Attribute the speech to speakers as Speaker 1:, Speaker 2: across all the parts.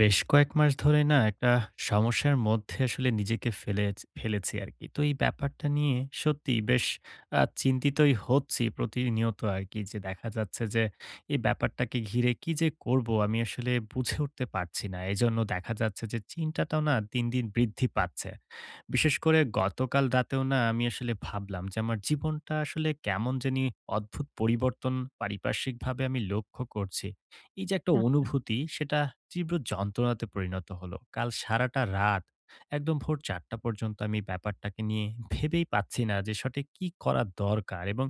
Speaker 1: বেশ কয়েক মাস ধরে না একটা সমস্যার মধ্যে আসলে নিজেকে ফেলেছি আর কি। তো এই ব্যাপারটা নিয়ে সত্যিই বেশ চিন্তিতই হচ্ছি প্রতিনিয়ত আর কি, যে দেখা যাচ্ছে যে এই ব্যাপারটাকে ঘিরে কি যে করব আমি আসলে বুঝে উঠতে পারছি না। এজন্য দেখা যাচ্ছে যে চিন্তাটাও না দিন, দিন বৃদ্ধি পাচ্ছে। বিশেষ করে গতকাল রাতেও না আমি আসলে ভাবলাম যে আমার জীবনটা আসলে কেমন জানি অদ্ভুত পরিবর্তন পারিপার্শ্বিকভাবে আমি লক্ষ্য করছি। এই যে একটা
Speaker 2: আহ।
Speaker 1: অনুভূতি, সেটা তীব্র যন্ত্রণাতে পরিণত হলো। কাল সারাটা রাত একদম ভোর ৪:০০ পর্যন্ত আমি ব্যাপারটাকে নিয়ে ভেবেই পাচ্ছি না যে সঠিক কি করা দরকার। এবং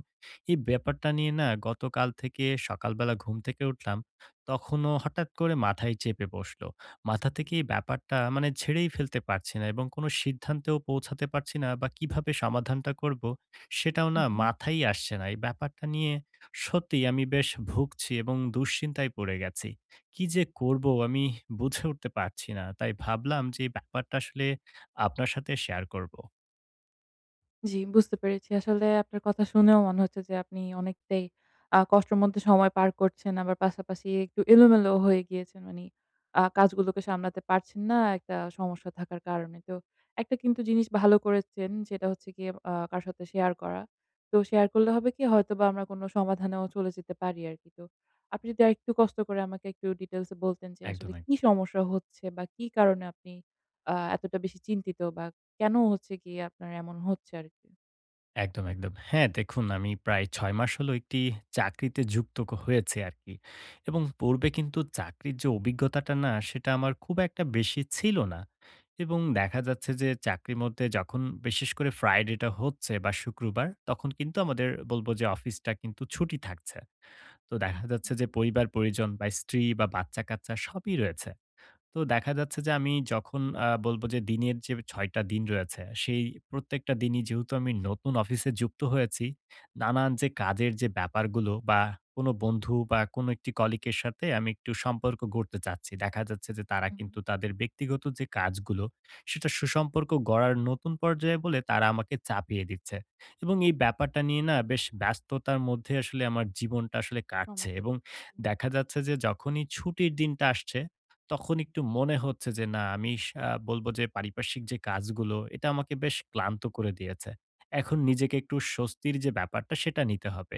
Speaker 1: এই ব্যাপারটা নিয়ে না গতকাল থেকে সকালবেলা ঘুম থেকে উঠলাম, তখনও হঠাৎ করে মাথায় চেপে বসলো। মাথা থেকে এই ব্যাপারটা মানে ঝেড়েই ফেলতে পারছি না এবং কোনো সিদ্ধান্তেও পৌঁছাতে পারছি না, বা কিভাবে সমাধানটা করব সেটাও
Speaker 2: হু,
Speaker 1: না
Speaker 2: হু।
Speaker 1: মাথায় আসছে না। এই ব্যাপারটা নিয়ে সত্যিই আমি বেশ ভুগছি এবং দুশ্চিন্তায় পড়ে গেছি। কি যে করব আমি বুঝে উঠতে পারছি না। তাই ভাবলাম যে এই ব্যাপারটা আসলে আপনার সাথে শেয়ার করব।
Speaker 2: জি, বুঝতে পেরেছি। আসলে আপনার কথা শুনেও মনে হচ্ছে যে আপনি অনেকটাই কষ্টের মধ্যে সময় পার করছেন। আবার পাশাপাশি একটু এলোমেলো হয়ে গিয়েছেন। মানি কাজগুলোকে সামলাতে পারছেন না একটা সমস্যা থাকার কারণে। তো একটা কিন্তু জিনিস ভালো করেছেন, যেটা হচ্ছে গিয়ে কারো সাথে শেয়ার করা। তো শেয়ার করলে হবে কি, হয়তোবা আমরা কোনো সমাধানেও চলে যেতে পারি আরকি। তো আপনি যদি আরেকটু কষ্ট করে আমাকে একটু ডিটেইলস এ বলতেন যে আসলে
Speaker 1: একদম,
Speaker 2: কি
Speaker 1: একদম।
Speaker 2: সমস্যা হচ্ছে বা কি কারণে আপনি এতটা বেশি চিন্তিত, বা কেন হচ্ছে গিয়ে আপনার এমন হচ্ছে আরকি?
Speaker 1: একদম, একদম। হ্যাঁ, দেখুন আমি প্রায় ৬ মাস হলো একটি চাকরিতে যুক্ত হয়েছি আরকি। এবং পূর্বে কিন্তু চাকরির যে অভিজ্ঞতাটা না, সেটা আমার খুব একটা বেশি ছিল না। এবং দেখা যাচ্ছে যে চাকরির মধ্যে যখন বিশেষ করে ফ্রাইডে টা হচ্ছে বা শুক্রবার, তখন কিন্তু আমাদের বলব যে অফিসটা কিন্তু ছুটি থাকছে। তো দেখা
Speaker 2: আচ্ছা।
Speaker 1: যাচ্ছে যে পরিবার-পরিজন বা স্ত্রী বা বাচ্চা-কাচ্চা সবই রয়েছে। তো দেখা যাচ্ছে যে আমি যখন বলবো যে দিনের যে ৬ টা দিন রয়েছে, সেই প্রত্যেকটা দিনই যেহেতু আমি নতুন অফিসে যুক্ত হয়েছি, নানান যে কাজের যে ব্যাপারগুলো বা কোনো বন্ধু বা কোনো একটি কলিগের সাথে আমি একটু সম্পর্ক গড়তে চাচ্ছি। দেখা যাচ্ছে যে তারা
Speaker 2: হুম, হুম।
Speaker 1: কিন্তু তাদের ব্যক্তিগত যে কাজগুলো, সেটা সুসম্পর্ক গড়ার নতুন পর্যায়ে বলে তারা আমাকে চাপিয়ে দিচ্ছে। এবং এই ব্যাপারটা নিয়ে না বেশ ব্যস্ততার মধ্যে আসলে আমার জীবনটা আসলে কাটছে,
Speaker 2: সময়টা।
Speaker 1: এবং দেখা যাচ্ছে যে যখনই ছুটির দিনটা আসছে তখন একটু মনে হচ্ছে যে না, আমি স আ বলব যে পারিপার্শ্বিক যে কাজগুলো এটা আমাকে বেশ ক্লান্ত করে দিয়েছে। এখন নিজেকে একটু স্বস্তির যে ব্যাপারটা সেটা নিতে হবে।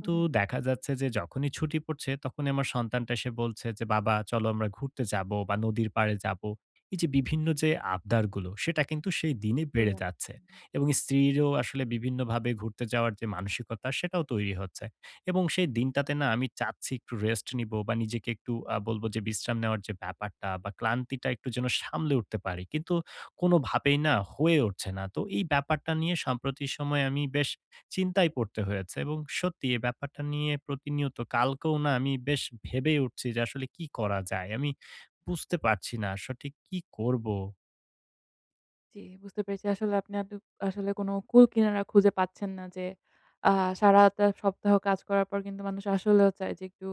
Speaker 2: হুম, হুম।
Speaker 1: দেখা যাচ্ছে যে যখনই ছুটি পড়ছে তখনই আমার সন্তানটা এসে বলছে যে, "বাবা চলো আমরা ঘুরতে যাবো বা নদীর পাড়ে যাবো।" এই যে বিভিন্ন যে আবদারগুলো, সেটা কিন্তু সেই দিনে
Speaker 2: চলে
Speaker 1: বেড়ে
Speaker 2: আসছে।
Speaker 1: যাচ্ছে। এবং স্ত্রীরও আসলে বিভিন্নভাবে ঘুরতে যাওয়ার যে মানসিকতা সেটাও তৈরি হচ্ছে। এবং সেই দিনটাতে না আমি চাচ্ছি একটু রেস্ট নিব বা নিজেকে একটু বলব যে বিশ্রাম নেওয়ার যে ব্যাপারটা বা ক্লান্তিটা একটু যেন সামলে উঠতে পারি। কিন্তু কোনোভাবেই না হয়ে উঠছে না। তো এই ব্যাপারটা নিয়ে সাম্প্রতিক সময়ে আমি বেশ চিন্তায় পড়তে হয়েছে, এবং সত্যি এই ব্যাপারটা নিয়ে প্রতিনিয়ত কালকেও না আমি বেশ ভেবেই উঠছি যে আসলে কি করা যায়? আমি বুঝতে পারছি না সঠিক কি করব?
Speaker 2: জি, বুঝতে পেরেছি। আসলে আপনি আসলে কোনো কূল কিনারা খুঁজে পাচ্ছেন না যে, আ সারাটা সপ্তাহ কাজ করার পর কিন্তু মানুষ আসলেও চায় যে একটু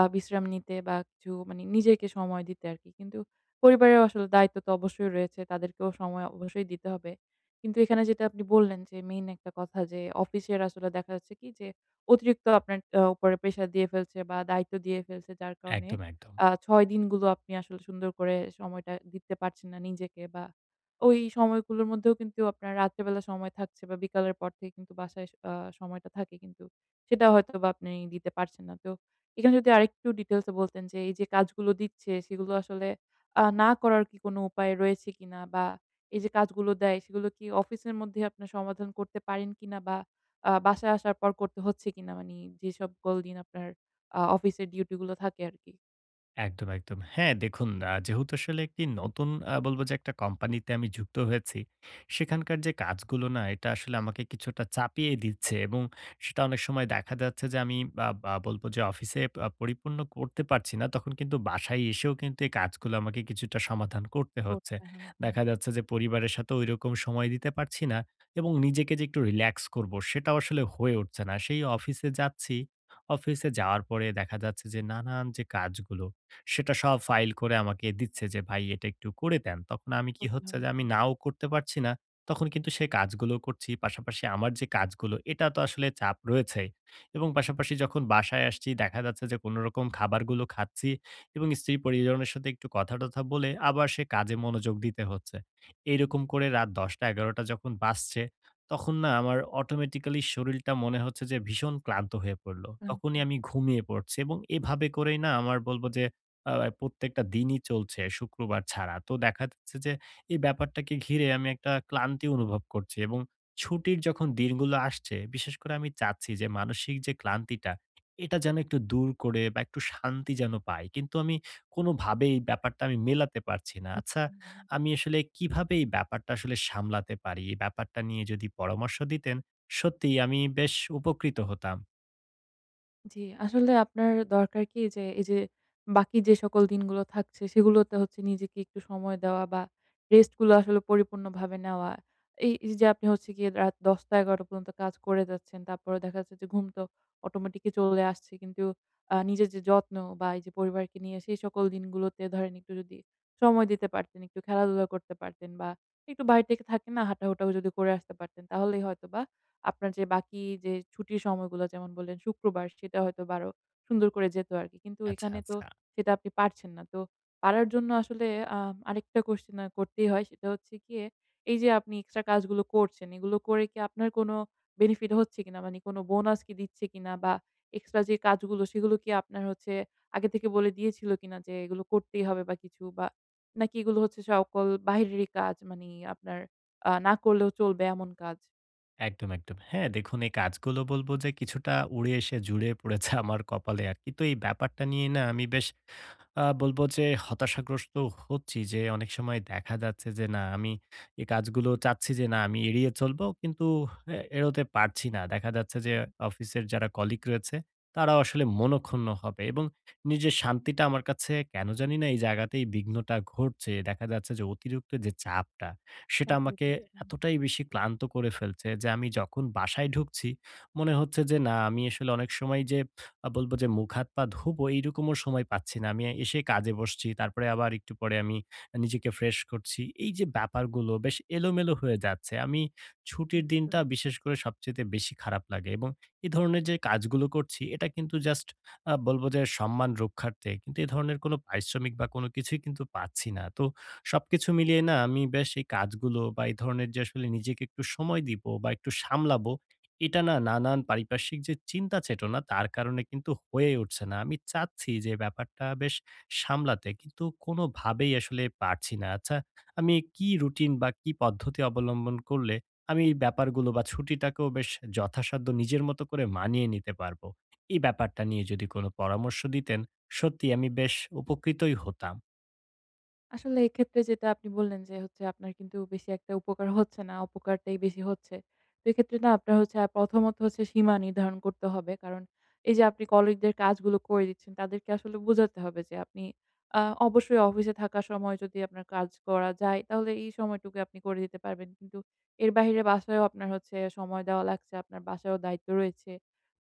Speaker 2: বিশ্রাম নিতে বা কিছু, মানে নিজেকে সময় দিতে আরকি। কিন্তু পরিবারেও আসলে দায়িত্ব তো অবশ্যই রয়েছে। তাদেরকেও সময় অবশ্যই দিতে হবে। কিন্তু এখানে যেটা আপনি বললেন যে, মেইন একটা কথা যে, অফিসের আসলে দেখা যাচ্ছে কি যে, অতিরিক্ত আপনার উপরে প্রেশার দিয়ে ফেলছে বা দায়িত্ব দিয়ে ফেলছে, যার কারণে
Speaker 1: একদম, একদম।
Speaker 2: ৬ দিনগুলো আপনি আসলে সুন্দর করে সময়টা দিতে পারছেন না নিজেকে, বা ওই সময়গুলোর মধ্যেও কিন্তু আপনার রাত্রেবেলা সময় থাকছে বা বিকালের পর থেকে কিন্তু বাসায় সময়টা থাকে, কিন্তু সেটা হয়তোবা আপনি দিতে পারছেন না। তো এখানে যদি আরেকটু ডিটেইলস এ বলতেন যে এই যে কাজগুলো দিচ্ছে সেগুলো আসলে না করার কি কোনো উপায় রয়েছে কিনা? বা এই যে কাজগুলো দেয় সেগুলো কি অফিসের মধ্যে আপনার সমাধান করতে পারেন কিনা? বা বাসায় আসার পর করতে হচ্ছে কিনা? মানে যেসব কল দিন আপনার অফিসের ডিউটি গুলো থাকে আরকি।
Speaker 1: একদম, একদম। হ্যাঁ, দেখুন যেহেতু আসলে একটি নতুন বলব যে একটা কোম্পানিতে আমি যুক্ত হয়েছি, সেখানকার যে কাজগুলো না এটা আসলে আমাকে কিছুটা চাপিয়ে দিচ্ছে, এবং সেটা অনেক সময় দেখা যাচ্ছে যে আমি আ বা বলব যে অফিসে পরিপূর্ণ করতে পারছি না, তখন কিন্তু বাসায় এসেও কিন্তু এই কাজগুলো আমাকে কিছুটা সমাধান করতে হচ্ছে।
Speaker 2: করতে হয়। হুম,
Speaker 1: দেখা যাচ্ছে যে পরিবারের সাথে ঐরকম সময় দিতে পারছি না, এবং নিজেকে যে একটু রিল্যাক্স করব সেটাও আসলে হয়ে উঠছে না। সেই অফিসে যাচ্ছি, অফিসে যাওয়ার পরে দেখা যাচ্ছে যে নানান যে কাজগুলো সেটা সব ফাইল করে আমাকে দিচ্ছে যে, "ভাই এটা একটু করে দেন।" তখন আমি, কি
Speaker 2: করতে
Speaker 1: হচ্ছে
Speaker 2: হবে।
Speaker 1: যে আমি
Speaker 2: হুম,
Speaker 1: নাও করতে পারছি না। তখন কিন্তু সে কাজগুলো করছি। পাশাপাশি আমার যে কাজগুলো, এটা তো আসলে চাপ রয়েছেই। এবং পাশাপাশি যখন বাসায় আসছি দেখা যাচ্ছে যে কোনরকম খাবারগুলো খাচ্ছি, এবং স্ত্রী পরিজনের সাথে একটু কথা-টথা বলে আবার সে কাজে মনোযোগ দিতে হচ্ছে। এইরকম করে রাত ১০টা-১১টা যখন বাজছে, তখন না আমার অটোমেটিক্যালি শরীরটা মনে হচ্ছে যে ভীষণ ক্লান্ত হয়ে পড়ল।
Speaker 2: ক্লান্ত।
Speaker 1: তখনই আমি ঘুমিয়ে পড়ছি, এবং এভাবে করেই না আমার বলব যে আ প্রত্যেকটা দিনই চলছে শুক্রবার ছাড়া। তো দেখা যাচ্ছে যে এই ব্যাপারটাকে ঘিরে আমি একটা ক্লান্তি অনুভব করছি, এবং ছুটির যখন দিনগুলো আসছে, বিশেষ করে আমি চাচ্ছি যে মানসিক যে ক্লান্তিটা, এটা যেন একটু দূর করে বা একটু শান্তি যেন পাই। কিন্তু আমি কোনোভাবেই ব্যাপারটা আমি মেলাতে পারছি না।
Speaker 2: আচ্ছা।
Speaker 1: আচ্ছা, আমি আসলে কিভাবে এই ব্যাপারটা আসলে সামলাতে পারি? এই ব্যাপারটা নিয়ে যদি পরামর্শ দিতেন, সত্যিই আমি বেশ উপকৃত হতাম।
Speaker 2: জি, আসলে আপনার দরকার কি যে এই যে বাকি যে সকল দিনগুলো থাকছে সেগুলোতে হচ্ছে নিজেকে একটু সময় দেওয়া বা রেস্ট গুলো আসলে পরিপূর্ণভাবে নেওয়া। এই এই যে আপনি হচ্ছে গিয়ে রাত ১০টা-১১টা পর্যন্ত কাজ করে যাচ্ছেন। তারপরে দেখা যাচ্ছে যে ঘুম তো অটোমেটিকই চলে আসছে। কিন্তু নিজের যে যত্ন বা এই যে পরিবারকে নিয়ে সেই সকল দিনগুলোতে ধরেন একটু যদি সময় দিতে পারতেন, একটু খেলাধুলা করতে পারতেন, বা একটু বাইরে থেকে থাকে না হাঁটাহুটাও যদি করে আসতে পারতেন, তাহলেই হয়তোবা আপনার যে বাকি যে ছুটির সময়গুলো, যেমন বললেন শুক্রবার, সেটা হয়তোবা আরো সুন্দর করে যেত আরকি। কিন্তু
Speaker 1: আচ্ছা,
Speaker 2: এখানে তো
Speaker 1: আচ্ছা।
Speaker 2: সেটা আপনি পারছেন না। তো পারার জন্য আসলে আ আরেকটা কোশ্চেন করতেই হয়, সেটা হচ্ছে গিয়ে এই যে আপনি এক্সট্রা কাজগুলো করছেন, এগুলো করে কি আপনার কোনো বেনিফিট হচ্ছে কিনা? মানে কোনো বোনাস কি দিচ্ছে কিনা? বা এক্সট্রা যে কাজগুলো সেগুলো কি আপনার হচ্ছে আগে থেকে বলে দিয়েছিল কিনা যে এগুলো করতেই হবে বা কিছু? বা নাকি এগুলো হচ্ছে সকল বাহিরেরই কাজ? মানে আপনার না করলেও চলবে এমন কাজ?
Speaker 1: একদম, একদম। হ্যাঁ, দেখুন এই কাজগুলো বলব যে কিছুটা উড়ে এসে জুড়ে পড়েছে আমার কপালে আরকি। তো এই ব্যাপারটা নিয়ে না আমি বেশ বলব যে হতাশাগ্রস্ত হচ্ছি, যে অনেক সময় দেখা যাচ্ছে যে না আমি এই কাজগুলো চাচ্ছি যে না আমি এড়িয়ে চলবো, কিন্তু এড়োতে পারছি না। দেখা যাচ্ছে যে অফিসের যারা কলিগ রয়েছে তারাও আসলে মনঃক্ষুণ্ণ হবে, এবং নিজের শান্তিটা আমার কাছে কেন জানি না এই জায়গাতেই বিঘ্নটা ঘটছে। দেখা যাচ্ছে যে অতিরিক্ত যে চাপটা সেটা
Speaker 2: কাঁপিয়ে
Speaker 1: আমাকে
Speaker 2: দিচ্ছেন।
Speaker 1: এতটাই বেশি ক্লান্ত করে ফেলছে যে আমি যখন বাসায় ঢুকছি মনে হচ্ছে যে না আমি আসলে অনেক সময় যে বলবো যে মুখ হাত পা ধোবো এইরকমও সময় পাচ্ছি না। আমি এসে কাজে বসছি। তারপরে আবার একটু পরে আমি নিজেকে ফ্রেশ করছি। এই যে ব্যাপারগুলো বেশ এলোমেলো হয়ে যাচ্ছে। আমি
Speaker 2: জি,
Speaker 1: ছুটির
Speaker 2: বুঝতে
Speaker 1: দিনটা
Speaker 2: পেরেছি।
Speaker 1: বিশেষ করে সবচাইতে বেশি খারাপ লাগে, এবং এই ধরনের যে কাজগুলো করছি এটা কিন্তু জাস্ট বলবো যে সম্মান রক্ষার্থে। কিন্তু এ ধরনের কোনো পারিশ্রমিক বা কোনো কিছুই কিন্তু পাচ্ছি না। তো সবকিছু মিলিয়ে না আমি বেশ এই কাজগুলো বা এই ধরনের যে আসলে নিজেকে একটু সময় দিবো বা একটু সামলাবো, এটা না নানান পারিপার্শ্বিক যে চিন্তা চেতনা তার কারণে কিন্তু হয়ে উঠছে না। আমি চাচ্ছি যে ব্যাপারটা বেশ সামলাতে, কিন্তু কোনোভাবেই আসলে পারছি না। আচ্ছা, আমি কি রুটিন বা কি পদ্ধতি অবলম্বন করলে আমি এই ব্যাপারগুলো বা ছুটিটাকেও বেশ যথাসাধ্য নিজের মতো করে মানিয়ে নিতে পারবো? এই ব্যাপারটা নিয়ে যদি কোনো পরামর্শ দিতেন, সত্যিই আমি বেশ উপকৃতই হতাম।
Speaker 2: আসলে এক্ষেত্রে যেটা আপনি বললেন যে হচ্ছে আপনার কিন্তু বেশি একটা উপকার হচ্ছে না, অপকারটাই বেশি হচ্ছে। তো এক্ষেত্রে না আপনার হচ্ছে প্রথমত হচ্ছে সীমা নির্ধারণ করতে হবে। কারণ এই যে আপনি কলিগদের কাজগুলো করে দিচ্ছেন, তাদেরকে আসলে বোঝাতে হবে যে আপনি আ অবশ্যই অফিসে থাকার সময় যদি আপনার কাজ করা যায়, তাহলে এই সময়টুকু আপনি করে দিতে পারবেন। কিন্তু এর বাহিরে বাসায়ও আপনার হচ্ছে সময় দেওয়া লাগছে, আপনার বাসায়ও দায়িত্ব রয়েছে।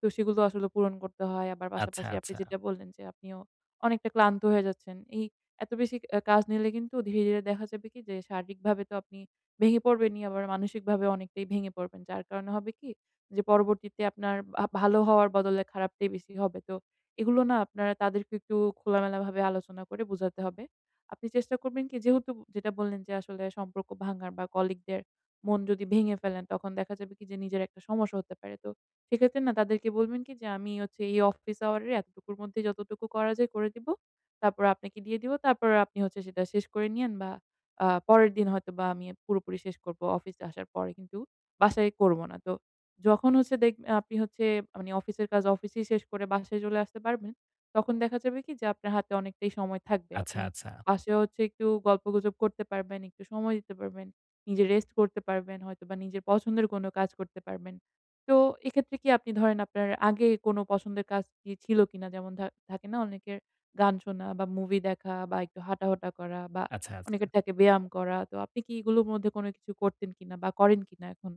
Speaker 2: তো সেগুলো আসলে পূরণ করতে হয়। আবার
Speaker 1: আচ্ছা,
Speaker 2: পাশাপাশি আপনি
Speaker 1: আচ্ছা,
Speaker 2: যেটা বললেন যে আপনিও অনেকটা ক্লান্ত হয়ে যাচ্ছেন। এই এত বেশি কাজ নিলে কিন্তু ধীরে, ধীরে দেখা যাবে কি যে শারীরিকভাবে তো আপনি ভেঙে পড়বেনই, আবার মানসিকভাবে অনেকটাই ভেঙে পড়বেন। যার কারণে হবে কি যে পরবর্তীতে আপনার ভালো হওয়ার বদলে খারাপটাই বেশি হবে। তো এগুলো না আপনারা তাদেরকে একটু খোলামেলাভাবে আলোচনা করে বোঝাতে হবে। আপনি চেষ্টা করবেন কি, যেহেতু যেটা বললেন যে আসলে সম্পর্ক ভাঙার বা কলিগদের মন যদি ভেঙে ফেলেন তখন দেখা যাবে কি যে নিজের একটা সমস্যা হতে পারে। তো সেক্ষেত্রে না তাদেরকে বলবেন কি যে আমি হচ্ছে এই অফিস আওয়ারের এতটুকুর মধ্যে যতটুকু করা যায় করে দিব। তারপর আপনাকে দিয়ে দিব। তারপর আপনি হচ্ছে সেটা শেষ করে নিয়েন, বা পরের দিন হয়তোবা আমি পুরোপুরি শেষ করব অফিসে আসার পরে, কিন্তু বাসায় করব না। তো যখন হচ্ছে দেখ আপনি হচ্ছে মানে অফিসের কাজ অফিসেই শেষ করে বাসায় চলে আসতে পারবেন, তখন দেখা যাবে কি যে আপনার হাতে অনেকটাই সময় থাকবে।
Speaker 1: আচ্ছা,
Speaker 2: আপনি
Speaker 1: আচ্ছা,
Speaker 2: বাসায় হচ্ছে একটু গল্পগুজব করতে পারবেন, একটু সময় দিতে পারবেন, নিজে রেস্ট করতে পারবেন, হয়তোবা নিজের পছন্দের কোনো কাজ করতে পারবেন। তো এক্ষেত্রে কি আপনি ধরেন আপনার আগে কোনো পছন্দের কাজ কি ছিল কিনা? যেমন থাকে না অনেকের গান শোনা বা মুভি দেখা বা একটু হাঁটাহোটা করা, বা
Speaker 1: আচ্ছা, আচ্ছা।
Speaker 2: অনেকের থাকে ব্যায়াম করা। তো আপনি কি এগুলোর মধ্যে কোনো কিছু করতেন কিনা বা করেন কিনা এখন?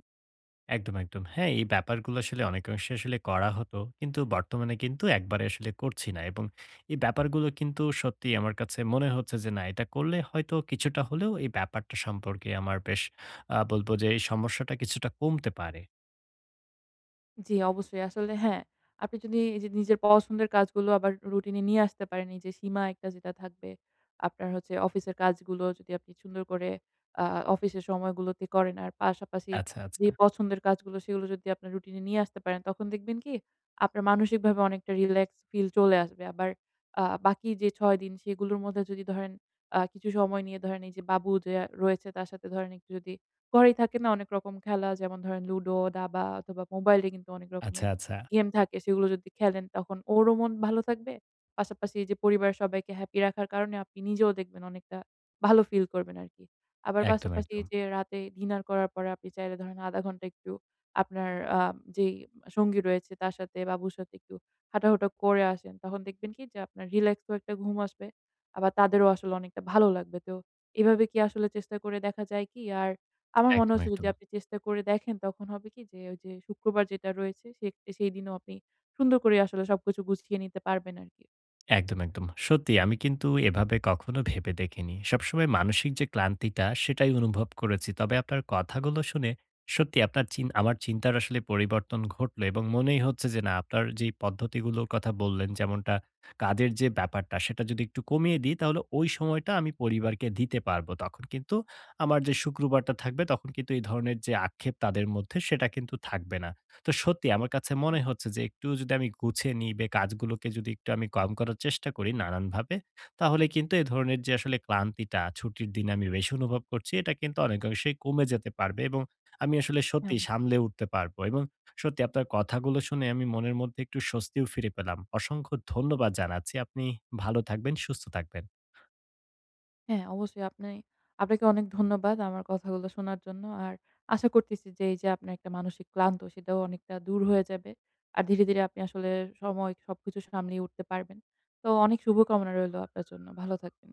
Speaker 1: একদম, একদম। হ্যাঁ, এই ব্যাপারগুলো আসলে অনেকাংশে আসলে করা হতো। কিন্তু বর্তমানে কিন্তু একবারে আসলে করছি না। এবং এই ব্যাপারগুলো কিন্তু সত্যিই আমার কাছে মনে হচ্ছে যে না, এটা করলে হয়তো কিছুটা হলেও এই ব্যাপারটা সম্পর্কে আমার বেশ আ বলব যে এই সমস্যাটা কিছুটা কমতে পারে।
Speaker 2: জি, অবশ্যই। আসলে হ্যাঁ, আপনি যদি এই যে নিজের পছন্দের কাজগুলো আবার রুটিনে নিয়ে আসতে পারেন, এই যে সীমা একটা যেটা থাকবে, আপনার হচ্ছে অফিসের কাজগুলো যদি আপনি সুন্দর করে আ অফিসের সময়গুলোতে করেন, আর পাশাপাশি
Speaker 1: আচ্ছা,
Speaker 2: যে
Speaker 1: আচ্ছা।
Speaker 2: পছন্দের কাজগুলো সেগুলো যদি আপনার রুটিনে নিয়ে আসতে পারেন, তখন দেখবেন কি আপনার মানসিকভাবে অনেকটা রিল্যাক্স ফিল চলে আসবে। আবার বাকি যে ৬ দিন সেগুলোর মধ্যে যদি ধরেন কিছু সময় নিয়ে ধরেন এই যে বাবু যে রয়েছে তার সাথে ধরেন একটু যদি ঘরেই থাকে না অনেক রকম খেলা যেমন ধরেন লুডো, দাবা, অথবা মোবাইলে কিন্তু অনেক
Speaker 1: আচ্ছা,
Speaker 2: রকমের
Speaker 1: আচ্ছা।
Speaker 2: গেম থাকে। সেগুলো যদি খেলেন তখন ওরও মন ভালো থাকবে। পাশাপাশি যে পরিবারের সবাইকে হ্যাপি রাখার কারণে আপনি নিজেও দেখবেন অনেকটা ভালো ফিল করবেন আরকি। আবার
Speaker 1: একদম,
Speaker 2: পাশাপাশি
Speaker 1: একদম।
Speaker 2: যে রাতে ডিনার করার পরে আপনি চাইলে ধরেন ০.৫ ঘন্টা একটু আপনার আ যেই সঙ্গী রয়েছে তার সাথে, বাবুর সাথে একটু হাঁটাহুটা করে আসেন। তখন দেখবেন কি যে আপনার রিল্যাক্সও একটা ঘুম আসবে। আবার তাদেরও আসলে অনেকটা ভালো লাগবে। তো এভাবে কি আসলে চেষ্টা করে দেখা যায় কি? আর আমার মনে
Speaker 1: একদম,
Speaker 2: হচ্ছে যদি
Speaker 1: একদম।
Speaker 2: আপনি চেষ্টা করে দেখেন তখন হবে কি যে ওই যে শুক্রবার যেটা রয়েছে, সেই দিনও আপনি সুন্দর করে আসলে সবকিছু গুছিয়ে নিতে পারবেন আরকি।
Speaker 1: একদম, একদম। সত্যি আমি কিন্তু এভাবে কখনো ভেবে দেখিনি। সবসময় মানসিক যে ক্লান্তিটা সেটাই অনুভব করেছি। তবে আপনার কথাগুলো শুনে সত্যি আপনার চিন আমার চিন্তার আসলে পরিবর্তন ঘটলো, এবং মনেই হচ্ছে যে না আপনার যেই পদ্ধতিগুলোর কথা বললেন যেমনটা কাজের যে ব্যাপারটা সেটা যদি একটু কমিয়ে দিই তাহলে ওই সময়টা আমি পরিবারকে দিতে পারবো। তখন কিন্তু আমার যে শুক্রবারটা থাকবে তখন কিন্তু এই ধরনের যে আক্ষেপ তাদের মধ্যে, সেটা কিন্তু থাকবে না। তো সত্যি আমার কাছে
Speaker 2: হুম,
Speaker 1: মনে হচ্ছে যে একটু যদি আমি গুছিয়ে নিই বা কাজগুলোকে যদি একটু আমি কম করার চেষ্টা করি নানানভাবে, তাহলে কিন্তু এই ধরনের যে আসলে ক্লান্তিটা ছুটির দিনে আমি বেশি অনুভব করছি এটা কিন্তু অনেকাংশেই কমে যেতে পারবে, এবং আমি আসলে
Speaker 2: হ্যাঁ,
Speaker 1: সত্যি
Speaker 2: অবশ্যই।
Speaker 1: সামলে উঠতে পারবো। এবং সত্যি আপনার কথাগুলো শুনে আমি মনের মধ্যে একটু স্বস্তিও ফিরে পেলাম। অসংখ্য ধন্যবাদ জানাচ্ছি। আপনি ভালো থাকবেন, সুস্থ থাকবেন।
Speaker 2: হ্যাঁ, অবশ্যই। আপনাকে অনেক ধন্যবাদ আমার কথাগুলো শোনার জন্য। আর আশা করতেছি যে এই যে আপনার একটা মানসিক ক্লান্ত, সেটাও অনেকটা দূর হয়ে যাবে। আর ধীরে, ধীরে আপনি আসলে সময় সবকিছু সামলিয়ে উঠতে পারবেন। তো অনেক শুভকামনা রইলো আপনার জন্য। ভালো থাকবেন।